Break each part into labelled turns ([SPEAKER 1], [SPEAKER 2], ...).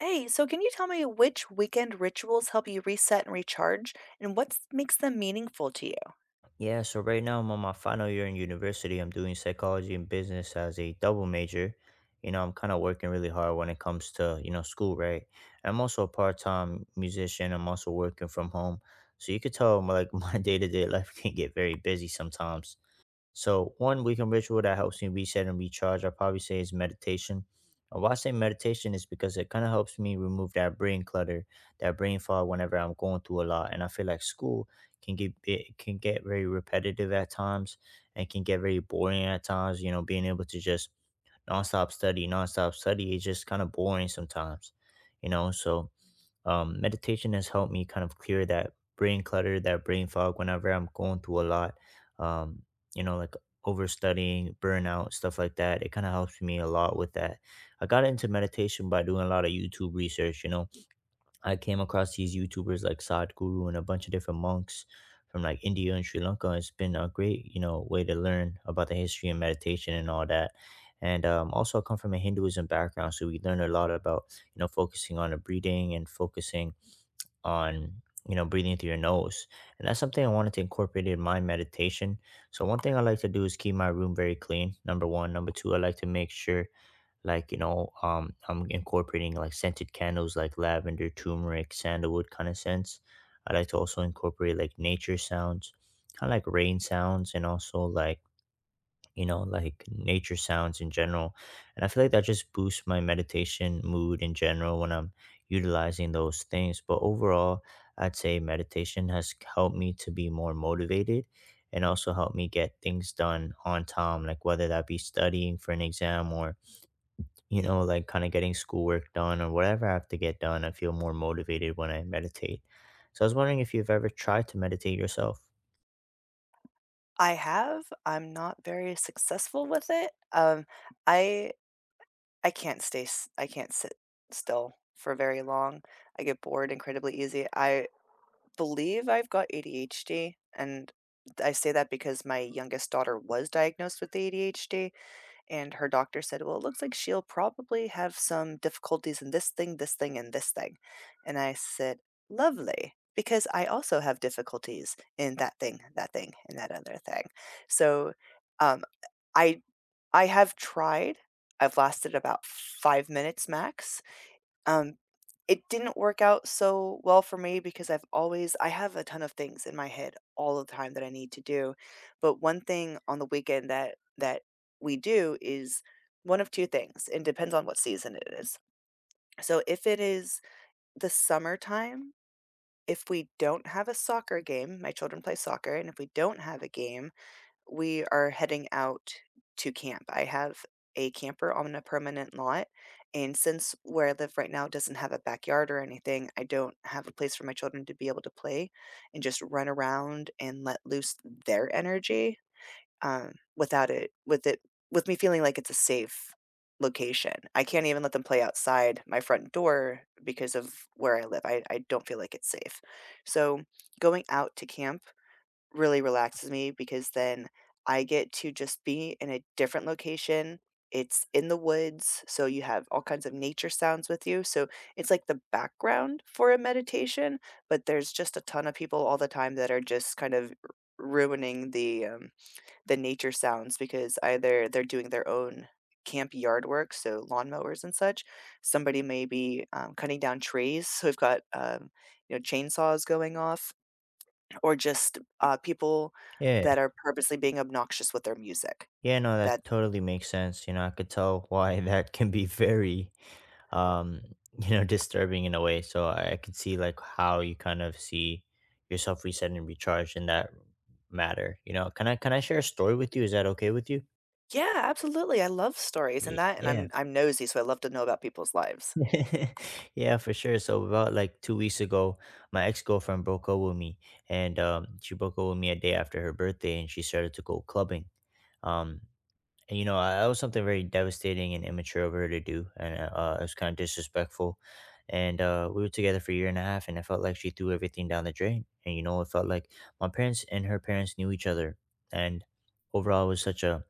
[SPEAKER 1] Hey, so can you tell me which weekend rituals help you reset and recharge, and what makes them meaningful to you?
[SPEAKER 2] Yeah, so right now I'm on my final year in university. I'm doing psychology and business as a double major. You know, I'm kind of working really hard when it comes to, you know, school, right? I'm also a part-time musician. I'm also working from home. So you could tell like my day-to-day life can get very busy sometimes. So, one weekend ritual that helps me reset and recharge, I probably say is meditation. And why I say meditation is because it kind of helps me remove that brain clutter, that brain fog whenever I'm going through a lot. And I feel like school can get very repetitive at times and can get very boring at times. You know, being able to just nonstop study is just kind of boring sometimes. You know, so meditation has helped me kind of clear that brain clutter, that brain fog whenever I'm going through a lot, um, like overstudying, burnout, stuff like that. It kind of helps me a lot with that. I got into meditation by doing a lot of YouTube research, you know. I came across these YouTubers like Sadhguru and a bunch of different monks from like India and Sri Lanka. It's been a great, you know, way to learn about the history and meditation and all that. And Also, I come from a Hinduism background, so we learn a lot about, you know, focusing on the breathing and focusing on, you know, breathing through your nose, and that's something I wanted to incorporate in my meditation. So one thing I like to do is keep my room very clean. Number one, number two, I like to make sure, like, I'm incorporating like scented candles, like lavender, turmeric, sandalwood kind of scents. I like to also incorporate like nature sounds, kind of like rain sounds, and also like, you know, like nature sounds in general. And I feel like that just boosts my meditation mood in general when I'm utilizing those things. But overall, I'd say meditation has helped me to be more motivated and also helped me get things done on time, like whether that be studying for an exam or, you know, like kind of getting schoolwork done or whatever I have to get done. I feel more motivated when I meditate. So I was wondering if you've ever tried to meditate yourself.
[SPEAKER 1] I have. I'm not very successful with it. I I can't stay. I can't sit still for very long. I get bored incredibly easy. I believe I've got ADHD, and I say that because my youngest daughter was diagnosed with ADHD. And her doctor said, "Well, it looks like she'll probably have some difficulties in this thing, and this thing." And I said, "Lovely, because I also have difficulties in that thing, and that other thing." So um, I I have tried. I've lasted about 5 minutes max. um, it didn't work out so well for me because I have a ton of things in my head all the time that I need to do. But one thing on the weekend that we do is one of two things, and depends on what season it is. So if it is the summertime, if we don't have a soccer game, my children play soccer, and if we don't have a game, we are heading out to camp. I have a camper on a permanent lot, and since where I live right now doesn't have a backyard or anything, I don't have a place for my children to be able to play and just run around and let loose their energy, without it with it with me feeling like it's a safe location. I can't even let them play outside my front door because of where I live. I don't feel like it's safe. So going out to camp really relaxes me because then I get to just be in a different location. It's in the woods, so you have all kinds of nature sounds with you. So it's like the background for a meditation, but there's just a ton of people all the time that are just kind of ruining the nature sounds because either they're doing their own camp yard work, so lawnmowers and such. Somebody may be cutting down trees, so we've got you know, chainsaws going off or just, people
[SPEAKER 2] Yeah.
[SPEAKER 1] that are purposely being obnoxious with their music.
[SPEAKER 2] Yeah, no, that
[SPEAKER 1] That's—
[SPEAKER 2] totally makes sense. You know, I could tell why that can be very, um, you know, disturbing in a way. So I could see like how you kind of see yourself reset and recharge in that matter. You know, can I share a story with you? Is that okay with you?
[SPEAKER 1] Yeah, absolutely, I love stories and
[SPEAKER 2] Y-
[SPEAKER 1] that, and I'm
[SPEAKER 2] yeah.
[SPEAKER 1] I'm nosy, so I love to know about people's lives.
[SPEAKER 2] Yeah, for sure. So about like 2 weeks ago, my ex girlfriend broke up with me, and she broke up with me a day after her birthday, and she started to go clubbing. Um, And you know, that was something very devastating and immature of her to do, and it was kind of disrespectful. And We were together for a year and a half, and I felt like she threw everything down the drain. And you know, it felt like my parents and her parents knew each other, and overall, it was such a,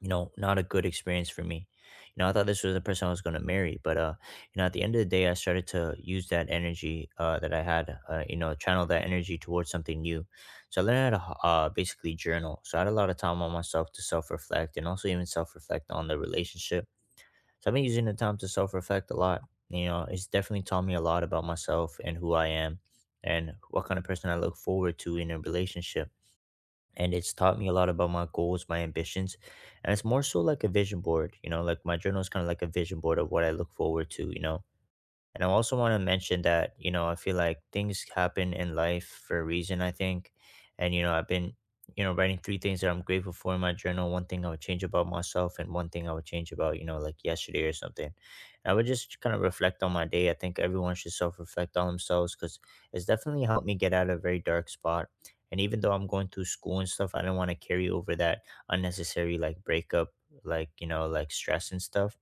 [SPEAKER 2] you know, not a good experience for me. You know, I thought this was the person I was going to marry, but you know, at the end of the day, I started to use that energy that I had, you know, channel that energy towards something new. So I learned how to basically journal. So I had a lot of time on myself to self reflect and also even self reflect on the relationship. So I've been using the time to self reflect a lot. You know, it's definitely taught me a lot about myself and who I am and what kind of person I look forward to in a relationship, and it's taught me a lot about my goals, my ambitions. And it's more so like a vision board, you know, like my journal is kind of like a vision board of what I look forward to, you know. And I also want to mention that, you know, I feel like things happen in life for a reason, I think. And, you know, I've been, you know, writing three things that I'm grateful for in my journal. One thing I would change about myself, and one thing I would change about, you know, like yesterday or something. And I would just kind of reflect on my day. I think everyone should self reflect on themselves because it's definitely helped me get out of a very dark spot. And even though I'm going through school and stuff, I don't want to carry over that unnecessary like breakup, like, you know, like stress and stuff.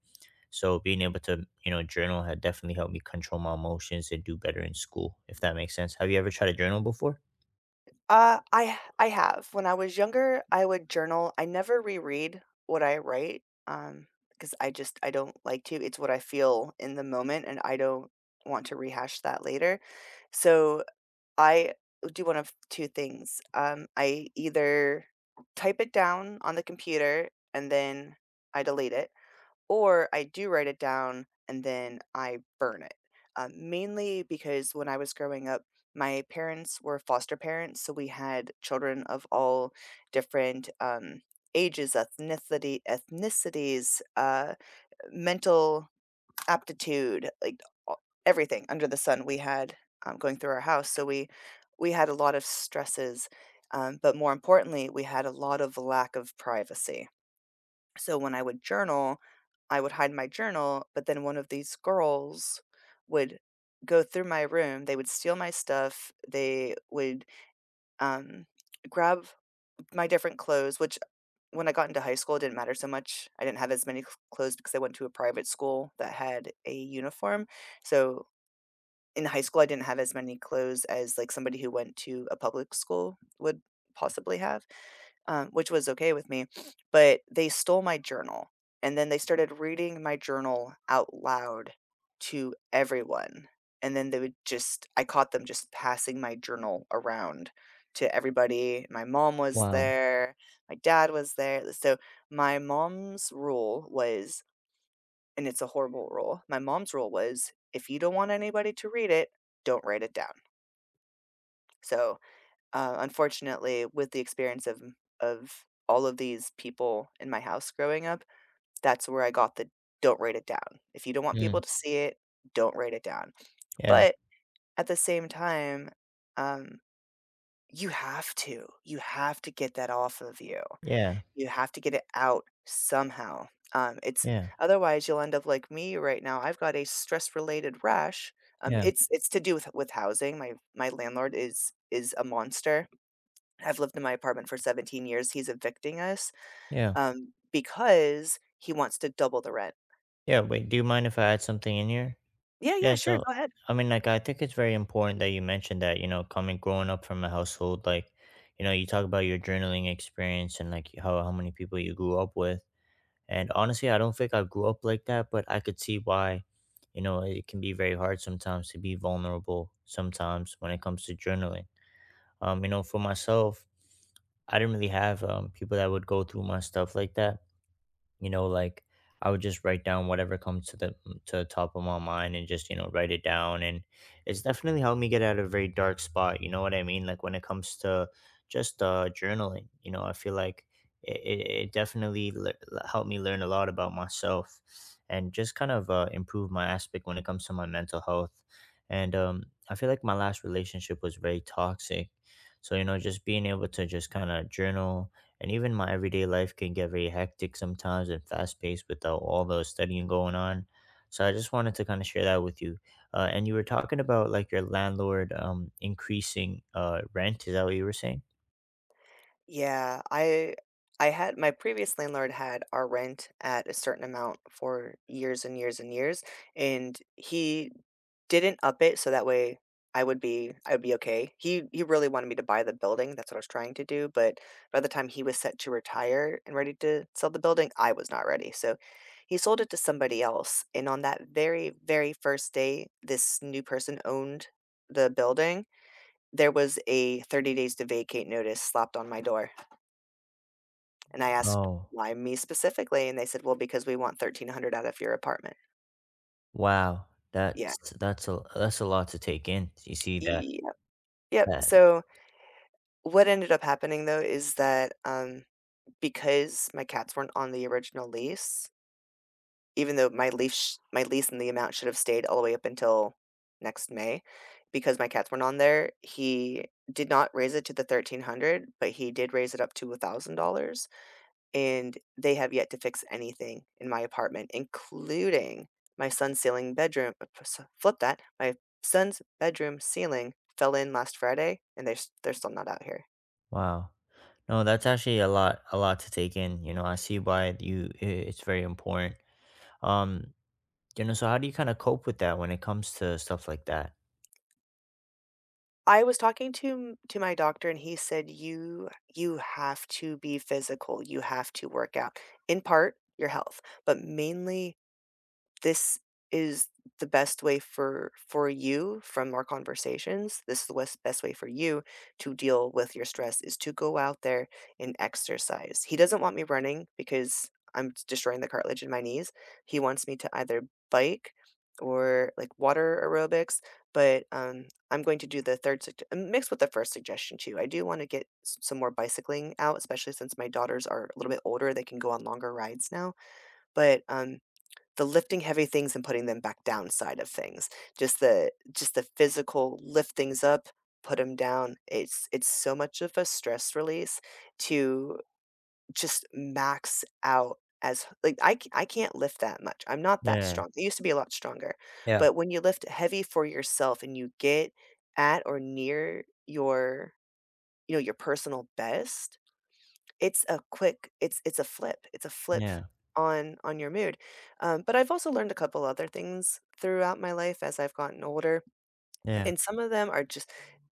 [SPEAKER 2] So being able to, you know, journal had definitely helped me control my emotions and do better in school, if that makes sense. Have you ever tried to journal before?
[SPEAKER 1] I have. When I was younger, I would journal. I never reread what I write, because I don't like to. It's what I feel in the moment, and I don't want to rehash that later. So I do one of two things. I either type it down on the computer and then I delete it, or I do write it down and then I burn it. Mainly because when I was growing up, my parents were foster parents, so we had children of all different ages, ethnicities, mental aptitude, like, a everything under the sun we had, going through our house, so we had a lot of stresses, but more importantly, we had a lot of lack of privacy. So when I would journal, I would hide my journal, but then one of these girls would go through my room, they would steal my stuff, they would, um, grab my different clothes, which when I got into high school, it didn't matter so much. I didn't have as many cl clothes because I went to a private school that had a uniform, so in high school, I didn't have as many clothes as, like, somebody who went to a public school would possibly have, which was okay with me, but they stole my journal, and then they started reading my journal out loud to everyone, and then they would just— I caught them just passing my journal around to everybody. My mom was
[SPEAKER 2] Wow.
[SPEAKER 1] there, my dad was there, so my mom's rule was— and it's a horrible rule. My mom's rule was, if you don't want anybody to read it, don't write it down. So, unfortunately, with the experience of all of these people in my house growing up, that's where I got the "don't write it down. If you don't want
[SPEAKER 2] Mm,
[SPEAKER 1] people to see it, don't write it down."
[SPEAKER 2] yeah,
[SPEAKER 1] But at the same time, um, you have to. You have to get that off of you.
[SPEAKER 2] yeah,
[SPEAKER 1] You have to get it out somehow. It's
[SPEAKER 2] yeah,
[SPEAKER 1] Otherwise you'll end up like me right now. I've got a stress related rash. Um,
[SPEAKER 2] yeah,
[SPEAKER 1] it's it's to do with housing. My landlord is a monster. I've lived in my apartment for 17 years. He's evicting us
[SPEAKER 2] yeah,
[SPEAKER 1] because he wants to double the rent.
[SPEAKER 2] yeah. Wait, do you mind if I add something in here?
[SPEAKER 1] Yeah, yeah,
[SPEAKER 2] Yeah,
[SPEAKER 1] sure,
[SPEAKER 2] so
[SPEAKER 1] go ahead.
[SPEAKER 2] I mean, like, I think it's very important that you mentioned that, you know, coming growing up from a household, like, you know, you talk about your journaling experience and like how many people you grew up with. And honestly, I don't think I grew up like that, but I could see why, you know, it can be very hard sometimes to be vulnerable sometimes when it comes to journaling. You know, for myself, I didn't really have people that would go through my stuff like that, you know, like I would just write down whatever comes to the to the top of my mind and just, you know, write it down. And it's definitely helped me get out of a very dark spot. You know what I mean, like when it comes to just journaling. You know, I feel like it definitely helped me learn a lot about myself and just kind of improve my aspect when it comes to my mental health. And I feel like my last relationship was very toxic, so you know, just being able to just kind of journal. And even my everyday life can get very hectic sometimes and fast paced without all the studying going on. So I just wanted to kind of share that with you. And you were talking about like your landlord increasing rent. Is that what you were saying?
[SPEAKER 1] Yeah, I had— my previous landlord had our rent at a certain amount for years and years and years, and he didn't up it so that way I would be okay. He really wanted me to buy the building, that's what I was trying to do, but by the time he was set to retire and ready to sell the building, I was not ready. So he sold it to somebody else, and on that very, very first day this new person owned the building, there was a 30 days to vacate notice slapped on my door. And I asked,
[SPEAKER 2] Oh,
[SPEAKER 1] "Why me specifically?" And they said, "Well, because we want 1,300 out of your apartment."
[SPEAKER 2] wow.
[SPEAKER 1] Yeah.
[SPEAKER 2] That's a lot to take in. You see that
[SPEAKER 1] Yep, yep.
[SPEAKER 2] that.
[SPEAKER 1] So, what ended up happening, though, is that, because my cats weren't on the original lease, even though my lease and the amount should have stayed all the way up until next May, because my cats weren't on there, he did not raise it to the 1,300, but he did raise it up to $1,000. And they have yet to fix anything in my apartment, including my son's ceiling bedroom— p s flip that, my son's bedroom ceiling fell in last Friday, and they're s they're still not out here.
[SPEAKER 2] Wow. No, that's actually a lot to take in. You know, I see why it's very important. Um, you know, so how do you kind of cope with that when it comes to stuff like that?
[SPEAKER 1] I was talking to m to my doctor, and he said, "You— you have to be physical, you have to work out. In part, your health, but mainly this is the best way for you. From our conversations, this is the best way for you to deal with your stress is to go out there and exercise." He doesn't want me running because I'm destroying the cartilage in my knees. He wants me to either bike or like water aerobics, but I'm going to do the third sug- mixed with the first suggestion too. I do want to get some more bicycling out, especially since my daughters are a little bit older. They can go on longer rides now, but the lifting heavy things and putting them back down side of things. Just the— just the physical lift things up, put them down. It's so much of a stress release to just max out as like, I can't lift that much. I'm not that
[SPEAKER 2] Yeah.
[SPEAKER 1] strong. I used to be a lot stronger,
[SPEAKER 2] Yeah.
[SPEAKER 1] but when you lift heavy for yourself and you get at or near your, you know, your personal best, it's— it's a flip. It's a flip
[SPEAKER 2] Yeah,
[SPEAKER 1] on your mood, but I've also learned a couple other things throughout my life as I've gotten older,
[SPEAKER 2] yeah,
[SPEAKER 1] and some of them are just—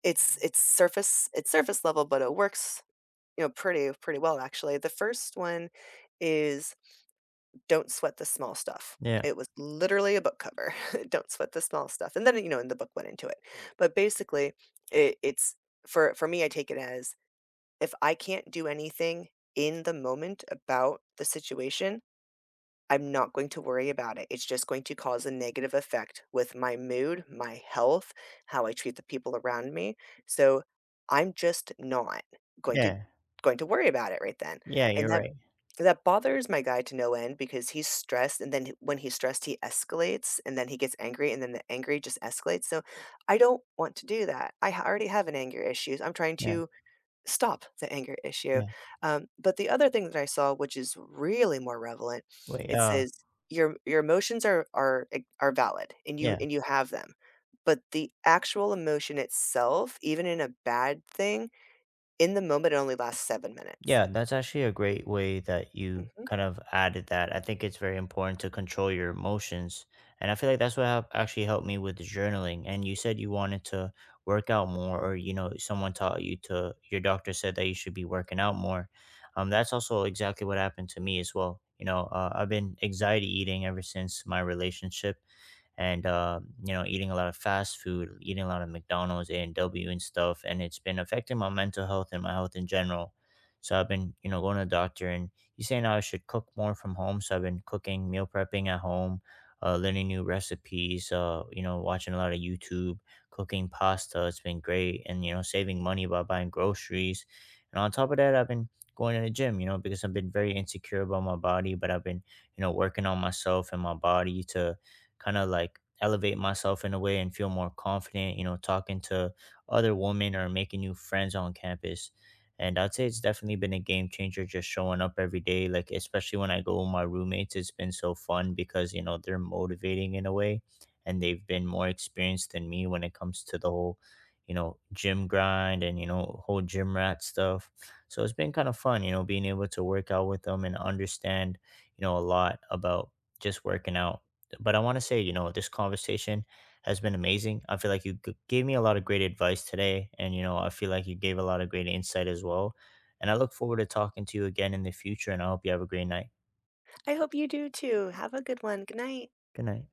[SPEAKER 1] it's surface level, but it works, you know, pretty well actually. The first one is don't sweat the small stuff.
[SPEAKER 2] yeah,
[SPEAKER 1] It was literally a book cover. Don't sweat the small stuff. And then, you know, and the book went into it. But basically, it's for— for me, I take it as, if I can't do anything in the moment about the situation, I'm not going to worry about it. It's just going to cause a negative effect with my mood, my health, how I treat the people around me. So I'm just not going to
[SPEAKER 2] yeah,
[SPEAKER 1] going to worry about it right then.
[SPEAKER 2] yeah,
[SPEAKER 1] And
[SPEAKER 2] you're right.
[SPEAKER 1] that bothers my guy to no end because he's stressed and then when he's stressed he escalates and then he gets angry and then the angry just escalates. So I don't want to do that. Already have an anger issues. I'm trying
[SPEAKER 2] Yeah,
[SPEAKER 1] to stop the anger issue.
[SPEAKER 2] yeah.
[SPEAKER 1] But the other thing that I saw, which is really more relevant,
[SPEAKER 2] Wait,
[SPEAKER 1] it
[SPEAKER 2] uh,
[SPEAKER 1] says your— your emotions are— are are valid and you—
[SPEAKER 2] yeah,
[SPEAKER 1] and you have them. But the actual emotion itself, even in a bad thing, in the moment it only lasts 7 minutes.
[SPEAKER 2] yeah, that's actually a great way that you
[SPEAKER 1] Hmm.
[SPEAKER 2] kind of added that. I think it's very important to control your emotions. And I feel like that's what actually helped me with the journaling. And you said you wanted to work out more, or, you know, someone taught you to, your doctor said that you should be working out more. That's also exactly what happened to me as well. You know, I've been anxiety eating ever since my relationship, and you know, eating a lot of fast food, eating a lot of McDonald's, A&W, and W, and stuff, and it's been affecting my mental health and my health in general. So I've been, you know, going to the doctor, and he's saying I should cook more from home. So I've been cooking, meal prepping at home, learning new recipes, you know, watching a lot of YouTube, cooking pasta. It's been great. And you know, saving money by buying groceries. And on top of that, I've been going to the gym, you know, because I've been very insecure about my body, but I've been, you know, working on myself and my body to kind of like elevate myself in a way and feel more confident, you know, talking to other women or making new friends on campus. And I'd say it's definitely been a game changer just showing up every day. Like, especially when I go with my roommates, it's been so fun because, you know, they're motivating in a way, and they've been more experienced than me when it comes to the whole, you know, gym grind and, you know, whole gym rat stuff. So it's been kind of fun, you know, being able to work out with them and understand, you know, a lot about just working out. But I want to say, you know, this conversation has been amazing. I feel like you gave me a lot of great advice today. And, you know, I feel like you gave a lot of great insight as well. And I look forward to talking to you again in the future. And I hope you have a great night.
[SPEAKER 1] I hope you do too. Have a good one. Good night.
[SPEAKER 2] Good night.